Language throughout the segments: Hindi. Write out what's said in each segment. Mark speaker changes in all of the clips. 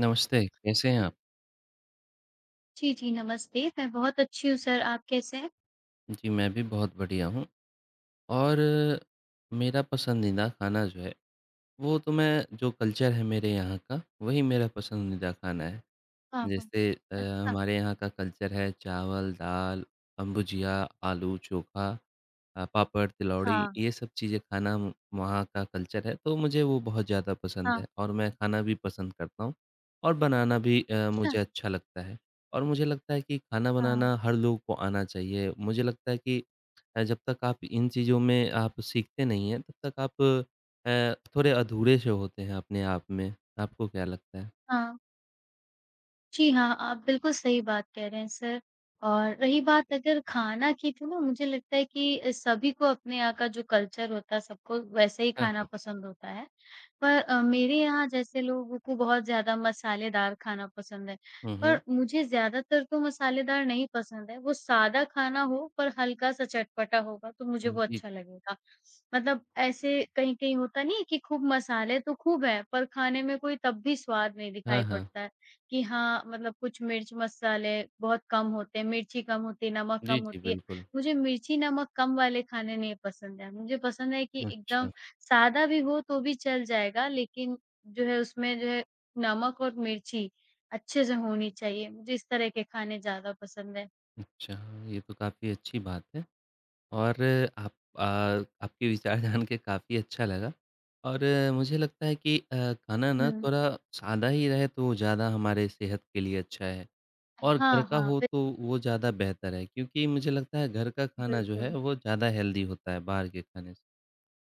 Speaker 1: नमस्ते, कैसे हैं आप?
Speaker 2: जी, जी, नमस्ते। मैं बहुत अच्छी हूँ सर, आप कैसे हैं?
Speaker 1: जी, मैं भी बहुत बढ़िया हूँ। और मेरा पसंदीदा खाना जो है, वो तो मैं जो कल्चर है मेरे यहाँ का, वही मेरा पसंदीदा खाना है।
Speaker 2: हाँ, हाँ।
Speaker 1: जैसे
Speaker 2: अच्छा।
Speaker 1: हमारे यहाँ का कल्चर है चावल, दाल, अम्बुजिया, आलू चोखा, पापड़, तिलौड़ी
Speaker 2: हाँ,
Speaker 1: ये सब चीज़ें खाना म वहाँ का कल्चर है, तो मुझे वो बहुत ज़्यादा पसंद
Speaker 2: हाँ।
Speaker 1: है और मैं खाना भी पसंद करता हूँ। और बनाना भी
Speaker 2: अच्छा।
Speaker 1: मुझे अच्छा लगता है। और मुझे लगता है कि खाना
Speaker 2: हाँ,
Speaker 1: बनाना हर लोग को आना चाहिए। मुझे लगता है कि जब तक आप इन चीज़ों में आप सीखते नहीं हैं, तब तक आप थोड़े अधूरे से होते हैं अपने आप में। आपको क्या लगता है?
Speaker 2: हाँ। जी हाँ, आप बिल्कुल सही बात कह रहे हैं सर। और रही बात अगर खाना की तो ना मुझे लगता है कि सभी को अपने यहाँ का जो कल्चर होता है सबको वैसे ही
Speaker 1: हाँ,
Speaker 2: खाना
Speaker 1: हाँ।
Speaker 2: पसंद होता है। पर मेरे यहाँ जैसे लोगों को बहुत ज़्यादा मसालेदार खाना पसंद है,
Speaker 1: हुँ, हुँ।
Speaker 2: पर मुझे ज़्यादातर तो मसालेदार नहीं पसंद है। वो सादा खाना हो पर हल्का-सा चटपटा होगा तो मुझे
Speaker 1: हुँ।
Speaker 2: वो
Speaker 1: जी।
Speaker 2: अच्छा लगेगा। मतलब ऐसे कहीं-कहीं होता नहीं है कि खूब मसाले तो खूब है पर खाने में कोई तब भी स्वाद नहीं
Speaker 1: हाँ,
Speaker 2: दिखाई
Speaker 1: हाँ।
Speaker 2: पड़ता है। कि हाँ, मतलब कुछ मिर्च मसाले बहुत कम होते हैं, मिर्ची कम होती है, नमक
Speaker 1: जी,
Speaker 2: कम
Speaker 1: जी,
Speaker 2: होती है।
Speaker 1: बिल्कुल।
Speaker 2: मुझे मिर्ची, नमक कम वाले खाने नहीं पसंद है। मुझे पसंद है कि
Speaker 1: अच्छा,
Speaker 2: एकदम सादा भी हो तो भी चल जाएगा लेकिन जो है उसमें जो है नमक और मिर्ची अच्छे से होनी चाहिए। मुझे इस तरह के खाने ज़्यादा पसंद है।
Speaker 1: अच्छा, ये तो काफ़ी अच्छी बात है। और आप अ, आपके विचार जान के काफ़ी अच्छा लगा। और मुझे लगता है कि खाना ना
Speaker 2: हुँ।
Speaker 1: थोड़ा सादा ही रहे तो ज़्यादा हमारे सेहत के लिए अच्छा है। और घर
Speaker 2: हाँ,
Speaker 1: का
Speaker 2: हाँ,
Speaker 1: हो तो वो ज़्यादा बेहतर है, क्योंकि मुझे लगता है घर का खाना जो है
Speaker 2: बिल्कुल।
Speaker 1: वो ज़्यादा हेल्दी होता है बाहर के खाने से।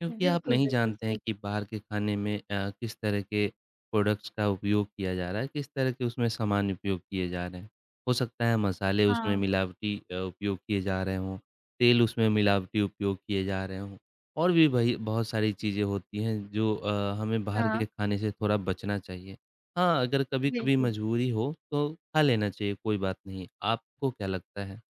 Speaker 1: क्योंकि आप
Speaker 2: बिल्कुल,
Speaker 1: नहीं
Speaker 2: बिल्कुल
Speaker 1: जानते हैं
Speaker 2: सही।
Speaker 1: कि बाहर के खाने में किस तरह के प्रोडक्ट्स का उपयोग किया जा रहा है, किस तरह के उसमें सामान उपयोग किए जा रहे हैं। हो सकता है मसाले उसमें
Speaker 2: हाँ,
Speaker 1: मिलावटी उपयोग किए जा रहे हों, तेल उसमें मिलावटी उपयोग किए जा रहे हों। और भी भई बहुत सारी चीज़ें होती हैं जो हमें बाहर के
Speaker 2: हाँ,
Speaker 1: खाने से थोड़ा बचना चाहिए। हाँ, अगर कभी-कभी
Speaker 2: बिल्कुल।
Speaker 1: मजबूरी हो तो खा लेना चाहिए, कोई बात नहीं। आपको क्या लगता है?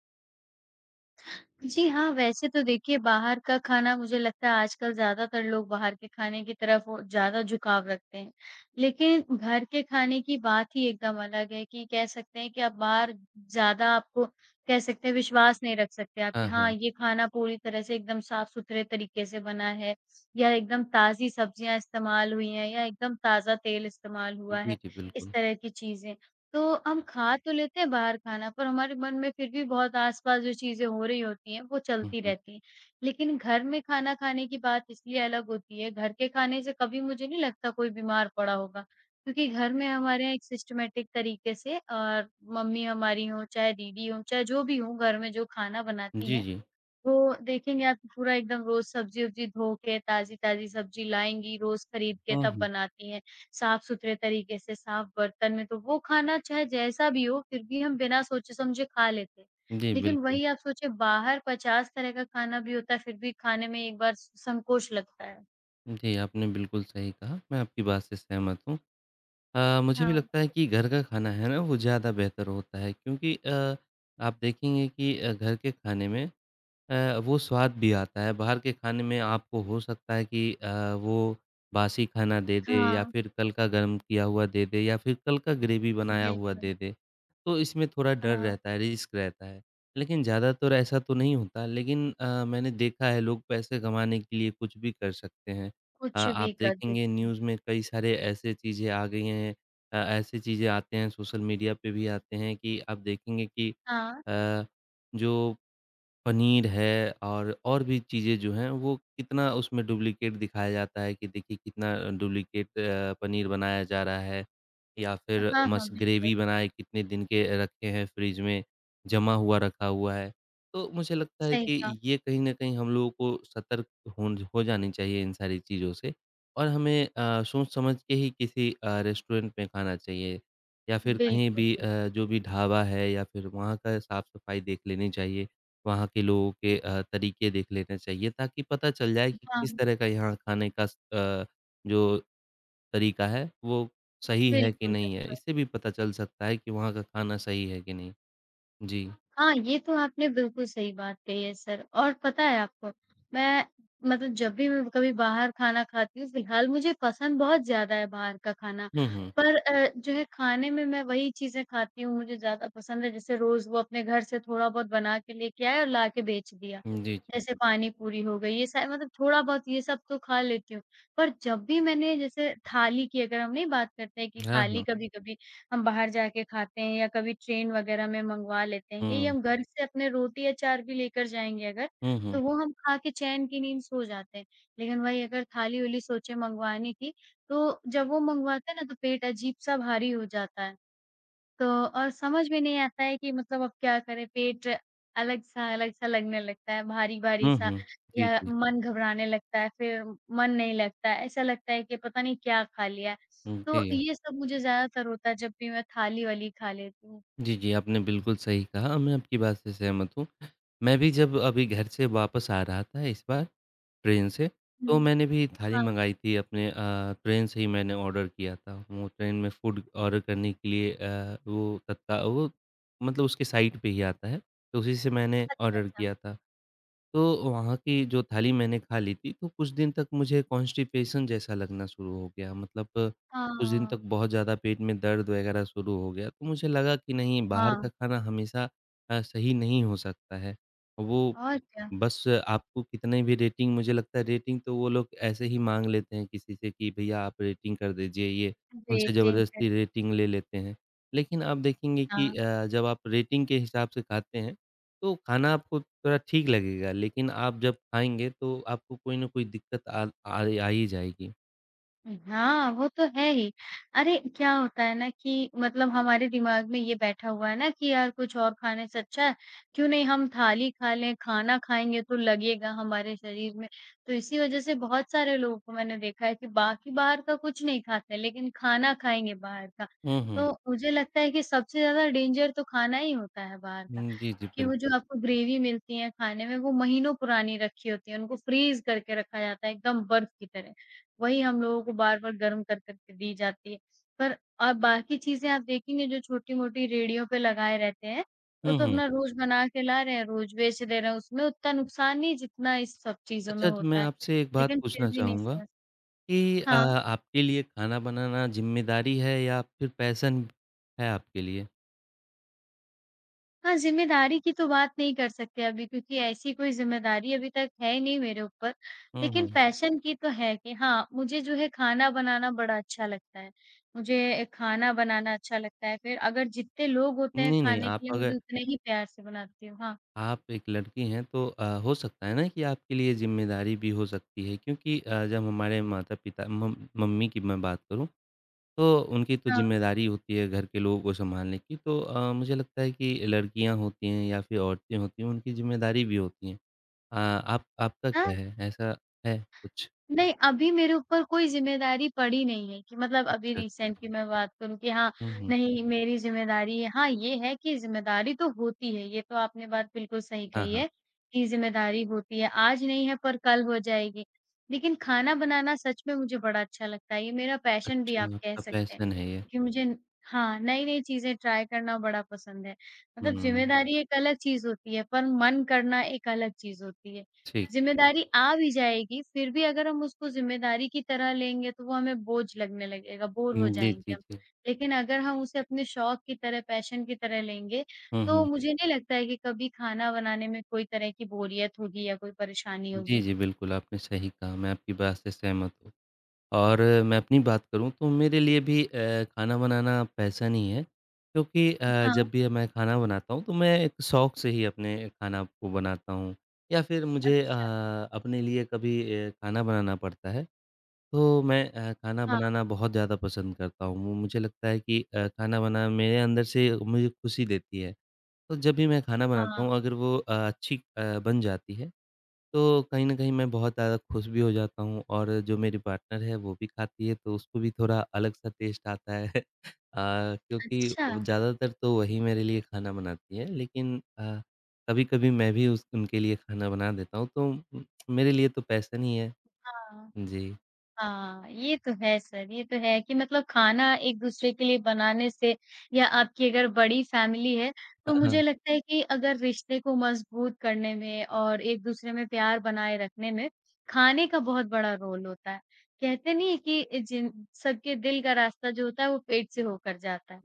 Speaker 2: जी हाँ, वैसे तो देखिए बाहर का खाना मुझे लगता है आजकल ज़्यादातर लोग बाहर के खाने की तरफ वो ज़्यादा झुकाव रखते हैं। लेकिन घर के खाने की बात ही एकदम अलग है कि कह सकते हैं कि आप बाहर ज़्यादा आपको कह सकते हैं विश्वास नहीं रख सकते आप कि
Speaker 1: हाँ,
Speaker 2: हाँ,
Speaker 1: हाँ।
Speaker 2: ये खाना पूरी तरह से एकदम साफ-सुथरे तरीके से बना है या एकदम ताज़ी सब्जियाँ इस्तेमाल हुई हैं या एकदम ताज़ा तेल इस्तेमाल हुआ
Speaker 1: जी,
Speaker 2: है,
Speaker 1: जी,
Speaker 2: इस
Speaker 1: बिल्कुल।
Speaker 2: तरह की चीज़ें। तो हम खा तो लेते हैं बाहर खाना, पर हमारे मन में फिर भी बहुत आस-पास जो चीज़ें हो रही होती हैं, वो
Speaker 1: हुँ,
Speaker 2: चलती
Speaker 1: हुँ।
Speaker 2: रहती हैं। लेकिन घर में खाना खाने की बात इसलिए अलग होती है, घर के खाने से कभी मुझे नहीं लगता कोई बीमार पड़ा होगा। क्योंकि घर में हमारे यहाँ एक सिस्टमैटिक तरीके से और मम्मी हमारी हों, चाहे दीदी हों, चाहे जो भी हों, घर में जो खाना बनाती
Speaker 1: जी,
Speaker 2: हैं,
Speaker 1: जी।
Speaker 2: वो देखेंगे आप पूरा एकदम रोज़ सब्ज़ी-वब्ज़ी धो के ताज़ी-ताज़ी सब्ज़ी लाएँगी, रोज़ खरीद के
Speaker 1: हुँ,
Speaker 2: तब
Speaker 1: हुँ।
Speaker 2: बनाती हैं, साफ़-सुथरे तरीके से, साफ़ बर्तन में, तो वो खाना चाहे जैसा भी हो, फिर भी हम बिना सोचे-समझे खा लेते हैं।
Speaker 1: जी,
Speaker 2: लेकिन
Speaker 1: बिल्कुल।
Speaker 2: वही आप सोचिए बाहर 50 तरह का खाना भी होता है, फिर भी खाने में एक बार संकोच लगता है।
Speaker 1: जी, आपने बिल्कुल सही कहा, मैं आपकी बात से सहमत हूँ। मुझे भी
Speaker 2: हाँ,
Speaker 1: लगता है कि घर का खाना है ना, वो ज़्यादा बेहतर होता है, क्योंकि आप देखेंगे कि घर के खाने में वो स्वाद भी आता है। बाहर के खाने में आपको हो सकता है कि वो बासी खाना दे दे या
Speaker 2: हाँ,
Speaker 1: फिर कल का गरम किया हुआ दे दे या फिर कल का ग्रेवी बनाया हुआ
Speaker 2: बिल्कुल।
Speaker 1: दे दे। तो इसमें थोड़ा डर
Speaker 2: हाँ,
Speaker 1: रहता है, रिस्क रहता है। लेकिन ज़्यादातर ऐसा तो नहीं होता, लेकिन मैंने देखा है लोग पैसे कमाने के लिए कुछ भी कर सकते हैं।
Speaker 2: कुछ
Speaker 1: आप
Speaker 2: भी कर
Speaker 1: देखेंगे
Speaker 2: देते हैं।
Speaker 1: न्यूज़ में कई सारे ऐसे चीज़ें आ गई हैं। ऐसी चीज़ें आते हैं, सोशल मीडिया पे भी आते हैं कि आप देखेंगे कि
Speaker 2: हाँ,
Speaker 1: अ, जो पनीर है और भी चीज़ें जो हैं वो कितना उसमें डुप्लीकेट दिखाया जाता है कि देखिए कितना डुप्लीकेट पनीर बनाया जा रहा है, या फिर
Speaker 2: हाँ, हाँ,
Speaker 1: मस्त
Speaker 2: बिल्कुल,
Speaker 1: ग्रेवी बनाए कितने दिन के रखे हैं फ्रिज में जमा हुआ रखा हुआ है। तो मुझे लगता है
Speaker 2: सही
Speaker 1: कि
Speaker 2: कहा।
Speaker 1: ये कहीं न कहीं हम लोगों को सतर्क होन हो जानी चाहिए इन सारी चीज़ों से। और हमें सोच समझ के ही किसी रेस्टोरेंट में खाना चाहिए, या फिर कहीं
Speaker 2: बिल्कुल,
Speaker 1: भी
Speaker 2: बिल्कुल।
Speaker 1: जो भी ढाबा है या फिर वहाँ का साफ-सफाई देख लेनी चाहिए। वहाँ के लोगों के तरीके देख लेने चाहिए ताकि पता चल जाए कि किस
Speaker 2: हाँ,
Speaker 1: तरह का यहाँ खाने का जो तरीका है वो सही है कि
Speaker 2: बिल्कुल,
Speaker 1: नहीं है।
Speaker 2: बिल्कुल।
Speaker 1: इससे भी पता चल सकता है कि वहाँ का खाना सही है कि नहीं। जी।
Speaker 2: हाँ, ये तो आपने बिल्कुल सही बात कही है सर। और पता है आपको, मैं मतलब जब भी मैं कभी बाहर खाना खाती हूँ, फिलहाल मुझे पसंद बहुत ज़्यादा है बाहर का खाना,
Speaker 1: हुँ, हुँ।
Speaker 2: पर जो है खाने में मैं वही चीज़ें खाती हूँ मुझे ज़्यादा पसंद है, जैसे रोज़ वो अपने घर से थोड़ा-बहुत बना के लेके आए और ला के बेच दिया।
Speaker 1: जी, जी।
Speaker 2: जैसे पानी-पूरी हो गई, ये सा मतलब थोड़ा-बहुत ये सब तो खा लेती हूँ, पर जब भी मैंने जैसे थाली की अगर हम नहीं बात करते हैं कि
Speaker 1: हाँ,
Speaker 2: थाली हुँ।
Speaker 1: हाँ।
Speaker 2: कभी-कभी हम बाहर जाके खाते हैं या कभी ट्रेन वगैरह में मँगवा लेते हैं। यही
Speaker 1: हुँ।
Speaker 2: हम घर से अपने रोटी अचार भी लेकर जाएँगे अगर,
Speaker 1: हुँ, हुँ।
Speaker 2: तो वो हम खा के चैन की नींद सो जाते हैं। लेकिन वही अगर थाली-वली सोचे मँगवाने की, तो जब वो मँगवाते हैं ना तो पेट अजीब-सा भारी हो जाता है। तो और समझ में नहीं आता है कि मतलब अब क्या करें, पेट अलग-सा लगने लगता है, भारी-भारी
Speaker 1: हुँ,
Speaker 2: सा।
Speaker 1: हुँ। जी,
Speaker 2: या
Speaker 1: जी।
Speaker 2: मन घबराने लगता है, फिर मन नहीं लगता है, ऐसा लगता है कि पता नहीं क्या खा लिया है।
Speaker 1: हुँ,
Speaker 2: तो
Speaker 1: जी।
Speaker 2: ये सब मुझे ज़्यादातर होता है जब भी मैं थाली-वाली खा लेती हूँ।
Speaker 1: जी, जी, आपने बिल्कुल सही कहा, मैं आपकी बात से सहमत हूँ। मैं भी जब अभी घर से वापस आ रहा था इस बार ट्रेन से, तो
Speaker 2: हुँ,
Speaker 1: मैंने भी थाली
Speaker 2: हाँ,
Speaker 1: मँगाई थी अपने। ट्रेन से ही मैंने ऑर्डर किया था। वो ट्रेन में फूड ऑर्डर करने के लिए वो तत्का वो मतलब उसके साइट पे ही आता है, तो उसी से मैंने
Speaker 2: अच्छा,
Speaker 1: ऑर्डर
Speaker 2: अच्छा।
Speaker 1: किया था। तो वहाँ की जो थाली मैंने खा ली थी, तो कुछ दिन तक मुझे कॉन्स्टिपेशन जैसा लगना शुरू हो गया। मतलब
Speaker 2: हाँ,
Speaker 1: कुछ दिन तक बहुत ज़्यादा पेट में दर्द वगैरह शुरू हो गया। तो मुझे लगा कि नहीं, बाहर का
Speaker 2: हाँ
Speaker 1: खाना हमेशा सही नहीं हो सकता है। वो
Speaker 2: और क्या।
Speaker 1: बस आपको कितने भी रेटिंग, मुझे लगता है रेटिंग तो वो लोग ऐसे ही माँग लेते हैं किसी से कि भैया आप रेटिंग कर दीजिए ये। उनसे
Speaker 2: वेटिंग फिर
Speaker 1: ज़बरदस्ती रेटिंग ले लेते हैं। लेकिन आप देखेंगे कि
Speaker 2: हाँ।
Speaker 1: जब आप रेटिंग के हिसाब से खाते हैं तो खाना आपको थोड़ा ठीक लगेगा, लेकिन आप जब खाएँगे तो आपको कोई न कोई दिक्कत आ आ आ ही जाएगी।
Speaker 2: हाँ, वो तो है ही। अरे, क्या होता है ना कि मतलब हमारे दिमाग में ये बैठा हुआ है ना कि यार कुछ और खाने से अच्छा है, क्यों नहीं हम थाली खा लें, खाना खाएँगे तो लगेगा हमारे शरीर में। तो इसी वज़ह से बहुत सारे लोगों को मैंने देखा है कि बाकी बाहर का कुछ नहीं खाते, लेकिन खाना खाएँगे बाहर का।
Speaker 1: हुँ, हुँ।
Speaker 2: तो मुझे लगता है कि सबसे ज़्यादा डेंजर तो खाना ही होता है बाहर का,
Speaker 1: हुँ, जी, जी,
Speaker 2: क्योंकि वो
Speaker 1: बिल्कुल।
Speaker 2: जो आपको ग्रेवी मिलती है खाने में, वो महीनों पुरानी रखी होती है, उनको फ्रीज़ करके रखा जाता है एकदम बर्फ की तरह। वही हम लोगों को बार-बार गर्म कर-कर के दी जाती है। पर और बाकी चीज़ें आप देखेंगे जो छोटी-मोटी रेहड़ियों पे लगाए रहते हैं, वो
Speaker 1: हुँ,
Speaker 2: तो
Speaker 1: हुँ।
Speaker 2: अपना रोज़ बना के ला रहे हैं, रोज़ बेच दे रहे हैं, उसमें उतना नुकसान नहीं जितना इस सब चीज़ों में
Speaker 1: अच्छा, मैं
Speaker 2: होता है।
Speaker 1: आपसे एक बात
Speaker 2: लेकिन फिर
Speaker 1: पूछना
Speaker 2: भी नहीं
Speaker 1: चाहूँगा
Speaker 2: समझ।
Speaker 1: कि
Speaker 2: हाँ।
Speaker 1: आपके लिए खाना बनाना ज़िम्मेदारी है या फिर पैशन है आपके लिए?
Speaker 2: हाँ, ज़िम्मेदारी की तो बात नहीं कर सकते अभी क्योंकि ऐसी कोई ज़िम्मेदारी अभी तक है ही नहीं मेरे ऊपर।
Speaker 1: हुँ,
Speaker 2: लेकिन
Speaker 1: हुँ।
Speaker 2: पैशन की तो है कि हाँ, मुझे जो है खाना बनाना बड़ा अच्छा लगता है। मुझे खाना बनाना अच्छा लगता है, फिर अगर जितने लोग होते हैं
Speaker 1: नहीं, नहीं,
Speaker 2: खाने
Speaker 1: आप
Speaker 2: के लिए
Speaker 1: अगर
Speaker 2: मुझे उतने ही प्यार से बनाती हूँ। हाँ।
Speaker 1: आप एक लड़की हैं तो हो सकता है ना कि आपके लिए ज़िम्मेदारी भी हो सकती है, क्योंकि जब हमारे माता-पिता मम मम्मी की मैं बात करूँ तो उनकी तो ज़िम्मेदारी होती है घर के लोगों को सँभालने की, तो मुझे लगता है कि लड़कियाँ होती हैं या फिर औरतें होती हैं, उनकी ज़िम्मेदारी भी होती हैं। आप आपका
Speaker 2: हाँ।
Speaker 1: क्या है? ऐसा है कुछ?
Speaker 2: नहीं, अभी मेरे ऊपर कोई ज़िम्मेदारी पड़ी नहीं है कि मतलब अभी
Speaker 1: अच्छा,
Speaker 2: रिसेंट
Speaker 1: अच्छा।
Speaker 2: की मैं बात करूँ कि हाँ,
Speaker 1: हुँ, हुँ।
Speaker 2: नहीं मेरी ज़िम्मेदारी है। हाँ, ये है कि ज़िम्मेदारी तो होती है, ये तो आपने बात बिल्कुल सही
Speaker 1: हाँ,
Speaker 2: कही
Speaker 1: हाँ।
Speaker 2: है कि ज़िम्मेदारी होती है। आज नहीं है पर कल हो जाएगी। लेकिन खाना बनाना सच में मुझे बड़ा अच्छा लगता है, ये मेरा पैशन भी
Speaker 1: अच्छा,
Speaker 2: आप कह
Speaker 1: आपका
Speaker 2: सकते हैं
Speaker 1: पैशन है ये।
Speaker 2: क्योंकि मुझे न- हाँ, नई-नई चीज़ें ट्राई करना बड़ा पसंद है। मतलब
Speaker 1: हुँ,
Speaker 2: ज़िम्मेदारी एक अलग चीज़ होती है पर मन करना एक अलग चीज़ होती है।
Speaker 1: ठीक है।
Speaker 2: ज़िम्मेदारी आ भी जाएगी, फिर भी अगर हम उसको ज़िम्मेदारी की तरह लेंगे तो वो हमें बोझ लगने लगेगा, बोर हो
Speaker 1: हुँ, जी, जी,
Speaker 2: जाएँगे हम।
Speaker 1: जी।
Speaker 2: लेकिन अगर हम उसे अपने शौक की तरह, पैशन की तरह लेंगे,
Speaker 1: हुँ,
Speaker 2: तो
Speaker 1: हुँ।
Speaker 2: मुझे नहीं लगता है कि कभी खाना बनाने में कोई तरह की बोरियत होगी या कोई परेशानी
Speaker 1: जी,
Speaker 2: होगी।
Speaker 1: जी, बिल्कुल, आपने सही कहा, मैं आपकी बात से सहमत हूँ। और मैं अपनी बात करूँ तो मेरे लिए भी खाना बनाना पैसा नहीं है, क्योंकि
Speaker 2: हाँ,
Speaker 1: जब भी मैं खाना बनाता हूँ तो मैं एक शौक से ही अपने खाना को बनाता हूँ, या फिर मुझे
Speaker 2: अच्छा।
Speaker 1: अपने लिए कभी खाना बनाना पड़ता है तो मैं खाना
Speaker 2: हाँ,
Speaker 1: बनाना बहुत ज़्यादा पसंद करता हूँ। वो मुझे लगता है कि खाना बनाना मेरे अंदर से मुझे खुशी देती है। तो जब भी मैं खाना बनाता
Speaker 2: हाँ।
Speaker 1: हूँ, अगर वो अच्छी बन जाती है तो कहीं न कहीं मैं बहुत ज़्यादा खुश भी हो जाता हूँ, और जो मेरी पार्टनर है वो भी खाती है तो उसको भी थोड़ा अलग-सा टेस्ट आता है। क्योंकि
Speaker 2: अच्छा,
Speaker 1: वो ज़्यादातर तो वही मेरे लिए खाना बनाती है, लेकिन कभी-कभी मैं भी उस उनके लिए खाना बना देता हूँ तो मेरे लिए तो पैशन ही है।
Speaker 2: हाँ।
Speaker 1: जी।
Speaker 2: हाँ, ये तो है सर, ये तो है कि मतलब खाना एक-दूसरे के लिए बनाने से या आपकी अगर बड़ी फैमिली है, तो
Speaker 1: हाँ, हाँ।
Speaker 2: मुझे लगता है कि अगर रिश्ते को मजबूत करने में और एक-दूसरे में प्यार बनाए रखने में, खाने का बहुत बड़ा रोल होता है। कहते नहीं है कि जिन सबके दिल का रास्ता जो होता है वो पेट से होकर जाता है।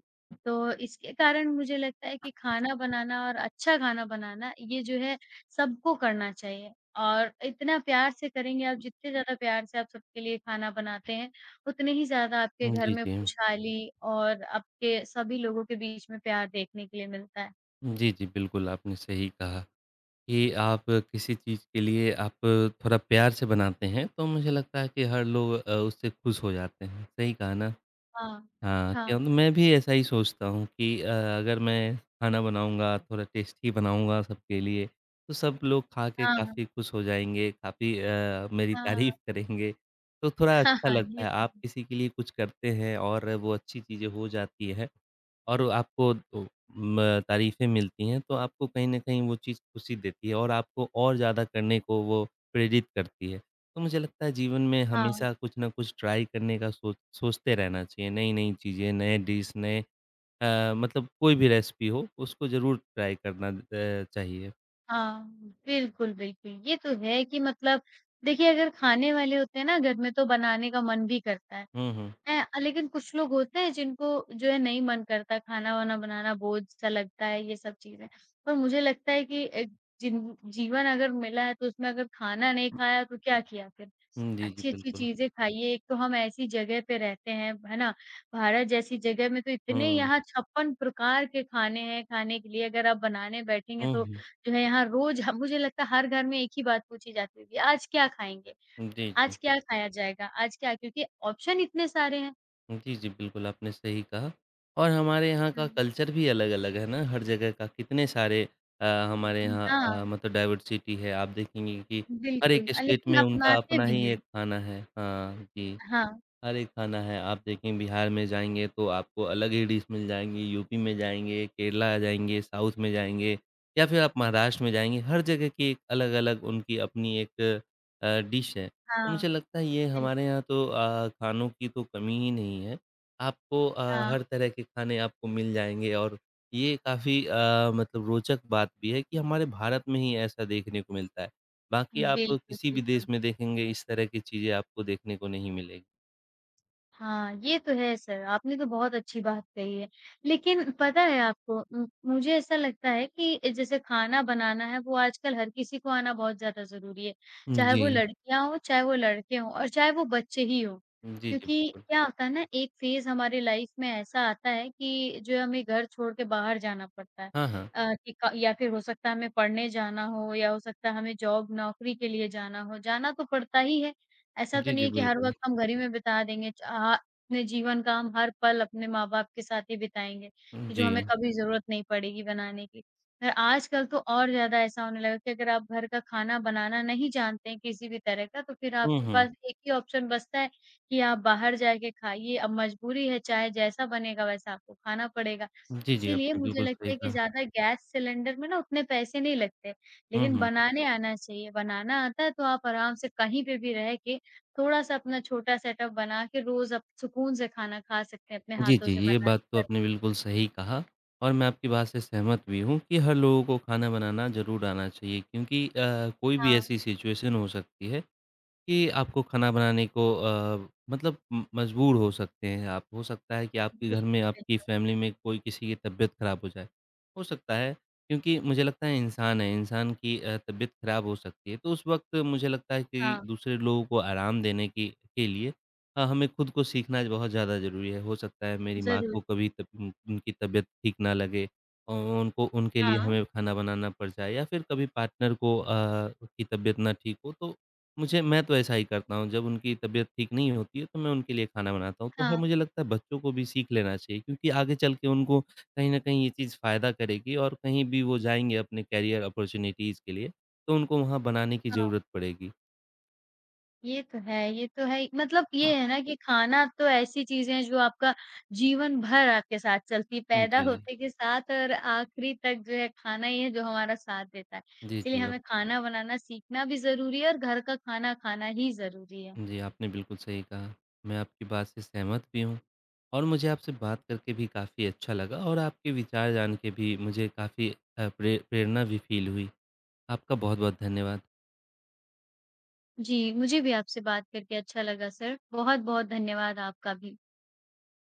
Speaker 2: तो इसके कारण मुझे लगता है कि खाना बनाना और अच्छा खाना बनाना ये जो है सबको करना चाहिए। और इतना प्यार से करेंगे आप जितने ज़्यादा प्यार से आप सबके लिए खाना बनाते हैं, उतने ही ज़्यादा आपके घर
Speaker 1: जी,
Speaker 2: में
Speaker 1: जी।
Speaker 2: खुशहाली और आपके सभी लोगों के बीच में प्यार देखने के लिए मिलता है।
Speaker 1: जी, जी, बिल्कुल आपने सही कहा कि आप किसी चीज़ के लिए आप थोड़ा प्यार से बनाते हैं तो मुझे लगता है कि हर लोग उससे खुश हो जाते हैं। सही कहा ना?
Speaker 2: हाँ,
Speaker 1: हाँ,
Speaker 2: हाँ,
Speaker 1: क्या मैं भी ऐसा ही सोचता हूँ कि अगर मैं खाना बनाऊँगा, थोड़ा टेस्टी बनाऊँगा सबके लिए, तो सब लोग खा के
Speaker 2: हाँ, हाँ,
Speaker 1: काफ़ी खुश हो जाएँगे, काफ़ी मेरी
Speaker 2: हाँ,
Speaker 1: तारीफ़ करेंगे, तो थोड़ा
Speaker 2: हाँ,
Speaker 1: अच्छा
Speaker 2: हाँ,
Speaker 1: लगता
Speaker 2: ये
Speaker 1: है।
Speaker 2: तो
Speaker 1: आप
Speaker 2: है।
Speaker 1: किसी के लिए कुछ करते हैं और वो अच्छी चीज़ें हो जाती हैं, और आपको तो म तारीफ़ें मिलती हैं, तो आपको कहीं न कहीं वो चीज़ खुशी देती है और आपको और ज़्यादा करने को वो प्रेरित करती है। तो मुझे लगता है जीवन में
Speaker 2: हाँ,
Speaker 1: हमेशा कुछ न कुछ ट्राई करने का सोचते रहना चाहिए, नई-नई चीज़ें, नए डिश, नए, मतलब कोई भी रेसिपी हो, उसको ज़रूर ट्राई करना चाहिए।
Speaker 2: हाँ, बिल्कुल, बिल्कुल। ये तो है कि मतलब देखिए अगर खाने वाले होते हैं ना घर में तो बनाने का मन भी करता है।
Speaker 1: हुँ, हुँ।
Speaker 2: हैं, लेकिन कुछ लोग होते हैं जिनको जो है नहीं मन करता खाना-वाना बनाना बोझ-सा लगता है ये सब चीज़ें। पर मुझे लगता है कि जिन जीवन अगर मिला है तो उसमें अगर खाना नहीं खाया तो क्या किया फिर?
Speaker 1: हुँ, जी, जी,
Speaker 2: अच्छी-अच्छी
Speaker 1: बिल्कुल।
Speaker 2: चीज़ें खाइए, एक तो हम ऐसी जगह पे रहते हैं, है ना? भारत जैसी जगह में तो इतने
Speaker 1: हुँ।
Speaker 2: यहाँ 56 प्रकार के खाने हैं खाने के लिए, अगर आप बनाने बैठेंगे
Speaker 1: हुँ,
Speaker 2: तो
Speaker 1: हुँ।
Speaker 2: जो है यहाँ रोज़ ह मुझे लगता है हर घर में एक ही बात पूछी जाती होगी, "आज क्या खाएँगे?
Speaker 1: जी, जी।
Speaker 2: आज क्या खाया जाएगा? आज क्या?" क्योंकि ऑप्शन इतने सारे हैं।
Speaker 1: जी, जी, बिल्कुल, आपने सही कहा। और हमारे यहाँ का
Speaker 2: हुँ।
Speaker 1: कल्चर भी अलग-अलग है ना, हर जगह का कितने सारे अ, हमारे
Speaker 2: हुँ,
Speaker 1: यहाँ,
Speaker 2: हाँ,
Speaker 1: मतलब डाइवर्सिटी है, आप देखेंगे कि हर एक
Speaker 2: बिल्कुल।
Speaker 1: स्टेट
Speaker 2: लेकिन
Speaker 1: में उनका
Speaker 2: अपनाते
Speaker 1: अपना
Speaker 2: भी
Speaker 1: ही
Speaker 2: हैं।
Speaker 1: एक खाना है। हाँ, जी।
Speaker 2: हाँ,
Speaker 1: अरे खाना है, आप देखें बिहार में जाएँगे तो आपको अलग ही डिश मिल जाएँगी, यूपी में जाएँगे, केरला जाएँगे, साउथ में जाएँगे या फिर आप महाराष्ट्र में जाएँगे, हर जगह की एक अलग-अलग उनकी अपनी एक डिश है। तो मुझे
Speaker 2: हाँ,
Speaker 1: लगता है ये हमारे
Speaker 2: बिल्कुल,
Speaker 1: यहाँ तो खानों की तो कमी ही नहीं है। आपको,
Speaker 2: हाँ,
Speaker 1: हर तरह के खाने आपको मिल जाएँगे, और ये काफ़ी मतलब रोचक बात भी है कि हमारे भारत में ही ऐसा देखने को मिलता है। बाकी आप
Speaker 2: बिल्कुल,
Speaker 1: किसी भी देश
Speaker 2: बिल्कुल।
Speaker 1: में देखेंगे इस तरह की चीज़ें आपको देखने को नहीं मिलेगी।
Speaker 2: हाँ, ये तो है सर, आपने तो बहुत अच्छी बात कही है। लेकिन पता है आपको मुझे ऐसा लगता है कि जैसे खाना बनाना है वो आजकल हर किसी को आना बहुत ज़्यादा ज़रूरी है।
Speaker 1: हुँ,
Speaker 2: चाहे वो
Speaker 1: जी।
Speaker 2: हुँ। लड़कियाँ हों, चाहे वो लड़के हों और चाहे वो बच्चे ही हों।
Speaker 1: जी, जी,
Speaker 2: क्योंकि
Speaker 1: बिल्कुल।
Speaker 2: क्या होता है ना एक फ़ेज़ हमारी लाइफ में ऐसा आता है कि जो हमें घर छोड़ के बाहर जाना पड़ता है।
Speaker 1: हाँ, हाँ।
Speaker 2: अ, कि क या फिर हो सकता है हमें पढ़ने जाना हो या हो सकता है हमें जॉब नौकरी के लिए जाना हो, जाना तो पड़ता ही है। ऐसा तो
Speaker 1: जी,
Speaker 2: नहीं
Speaker 1: जी,
Speaker 2: है कि हर
Speaker 1: बिल्कुल।
Speaker 2: वक़्त हम घर ही में बिता देंगे, चाह अपने जीवन का हम हर पल अपने माँ-बाप के साथ ही बिताएँगे, कि जो
Speaker 1: जी।
Speaker 2: हमें कभी ज़रूरत नहीं पड़ेगी बनाने की। पर आजकल तो और ज़्यादा ऐसा होने लगा कि अगर आप घर का खाना बनाना नहीं जानते हैं किसी भी तरह का, तो फिर
Speaker 1: हुँ,
Speaker 2: आपके
Speaker 1: हुँ।
Speaker 2: पास एक ही ऑप्शन बचता है कि आप बाहर जाके खाइए। अब मजबूरी है, चाहे जैसा बनेगा वैसा आपको खाना पड़ेगा।
Speaker 1: जी, जी,
Speaker 2: इसीलिए
Speaker 1: आपने
Speaker 2: मुझे
Speaker 1: बिल्कुल सही
Speaker 2: लगता है कि
Speaker 1: कहा।
Speaker 2: ज़्यादा गैस सिलेंडर में ना उतने पैसे नहीं लगते,
Speaker 1: हुँ,
Speaker 2: लेकिन
Speaker 1: हुँ।
Speaker 2: बनाने आना चाहिए। बनाना आता है तो आप आराम से कहीं पे भी रह के थोड़ा-सा अपना छोटा सेटअप बना के रोज़ आप सुकून से खाना खा सकते हैं अपने
Speaker 1: जी,
Speaker 2: हाथों
Speaker 1: जी,
Speaker 2: से
Speaker 1: ये
Speaker 2: बना
Speaker 1: बात तो
Speaker 2: के घर।
Speaker 1: आपने बिल्कुल सही कहा, और मैं आपकी बात से सहमत भी हूँ कि हर लोगों को खाना बनाना ज़रूर आना चाहिए, क्योंकि कोई भी
Speaker 2: हाँ,
Speaker 1: ऐसी सिचुएशन हो सकती है कि आपको खाना बनाने को मतलब म मजबूर हो सकते हैं आप। हो सकता है कि आपके घर में,
Speaker 2: बिल्कुल,
Speaker 1: आपकी
Speaker 2: बिल्कुल।
Speaker 1: फैमिली में कोई किसी की तबीयत खराब हो जाए। हो सकता है, क्योंकि मुझे लगता है, इंसान की तबीयत खराब हो सकती है। तो उस वक़्त मुझे लगता है कि
Speaker 2: हाँ,
Speaker 1: दूसरे लोगों को आराम देने की के लिए हमें खुद को सीखना बहुत ज़्यादा ज़रूरी है। हो सकता है मेरी माँ
Speaker 2: ज़रूर।
Speaker 1: को कभी तब उन उनकी तबीयत ठीक ना लगे औ उनको उनके लिए
Speaker 2: हाँ,
Speaker 1: हमें खाना बनाना पड़ जाए, या फिर कभी पार्टनर को की तबीयत ना ठीक हो तो मुझे मैं तो ऐसा ही करता हूँ, जब उनकी तबीयत ठीक नहीं होती है, तो मैं उनके लिए खाना बनाता हूँ। तो हाँ,
Speaker 2: हाँ,
Speaker 1: मुझे लगता है बच्चों को भी सीख लेना चाहिए, क्योंकि आगे चल के उनको कहीं न कहीं ये चीज़ फ़ायदा करेगी, और कहीं भी वो जाएँगे अपने करियर अपॉर्च्युनिटीज़ के लिए, तो उनको वहाँ बनाने की
Speaker 2: हाँ।
Speaker 1: ज़रूरत पड़ेगी।
Speaker 2: ये तो है ही। मतलब ये है ना कि खाना तो ऐसी चीज़ें हैं जो आपका जीवन भर आपके साथ चलती है, पैदा
Speaker 1: जी।
Speaker 2: होते के साथ और आखिरी तक जो है खाना ही है जो हमारा साथ देता है।
Speaker 1: जी,
Speaker 2: इसीलिए
Speaker 1: जी, आप
Speaker 2: हमें खाना बनाना सीखना भी ज़रूरी है और घर का खाना खाना ही ज़रूरी है।
Speaker 1: जी, आपने बिल्कुल सही कहा। मैं आपकी बात से सहमत भी हूँ, और मुझे आपसे बात करके भी काफ़ी अच्छा लगा, और आपके विचार जान के भी मुझे काफ़ी प्रेरणा भी फ़ील हुई। आपका बहुत-बहुत धन्यवाद।
Speaker 2: जी, मुझे भी आपसे बात करके अच्छा लगा सर। बहुत-बहुत धन्यवाद आपका भी।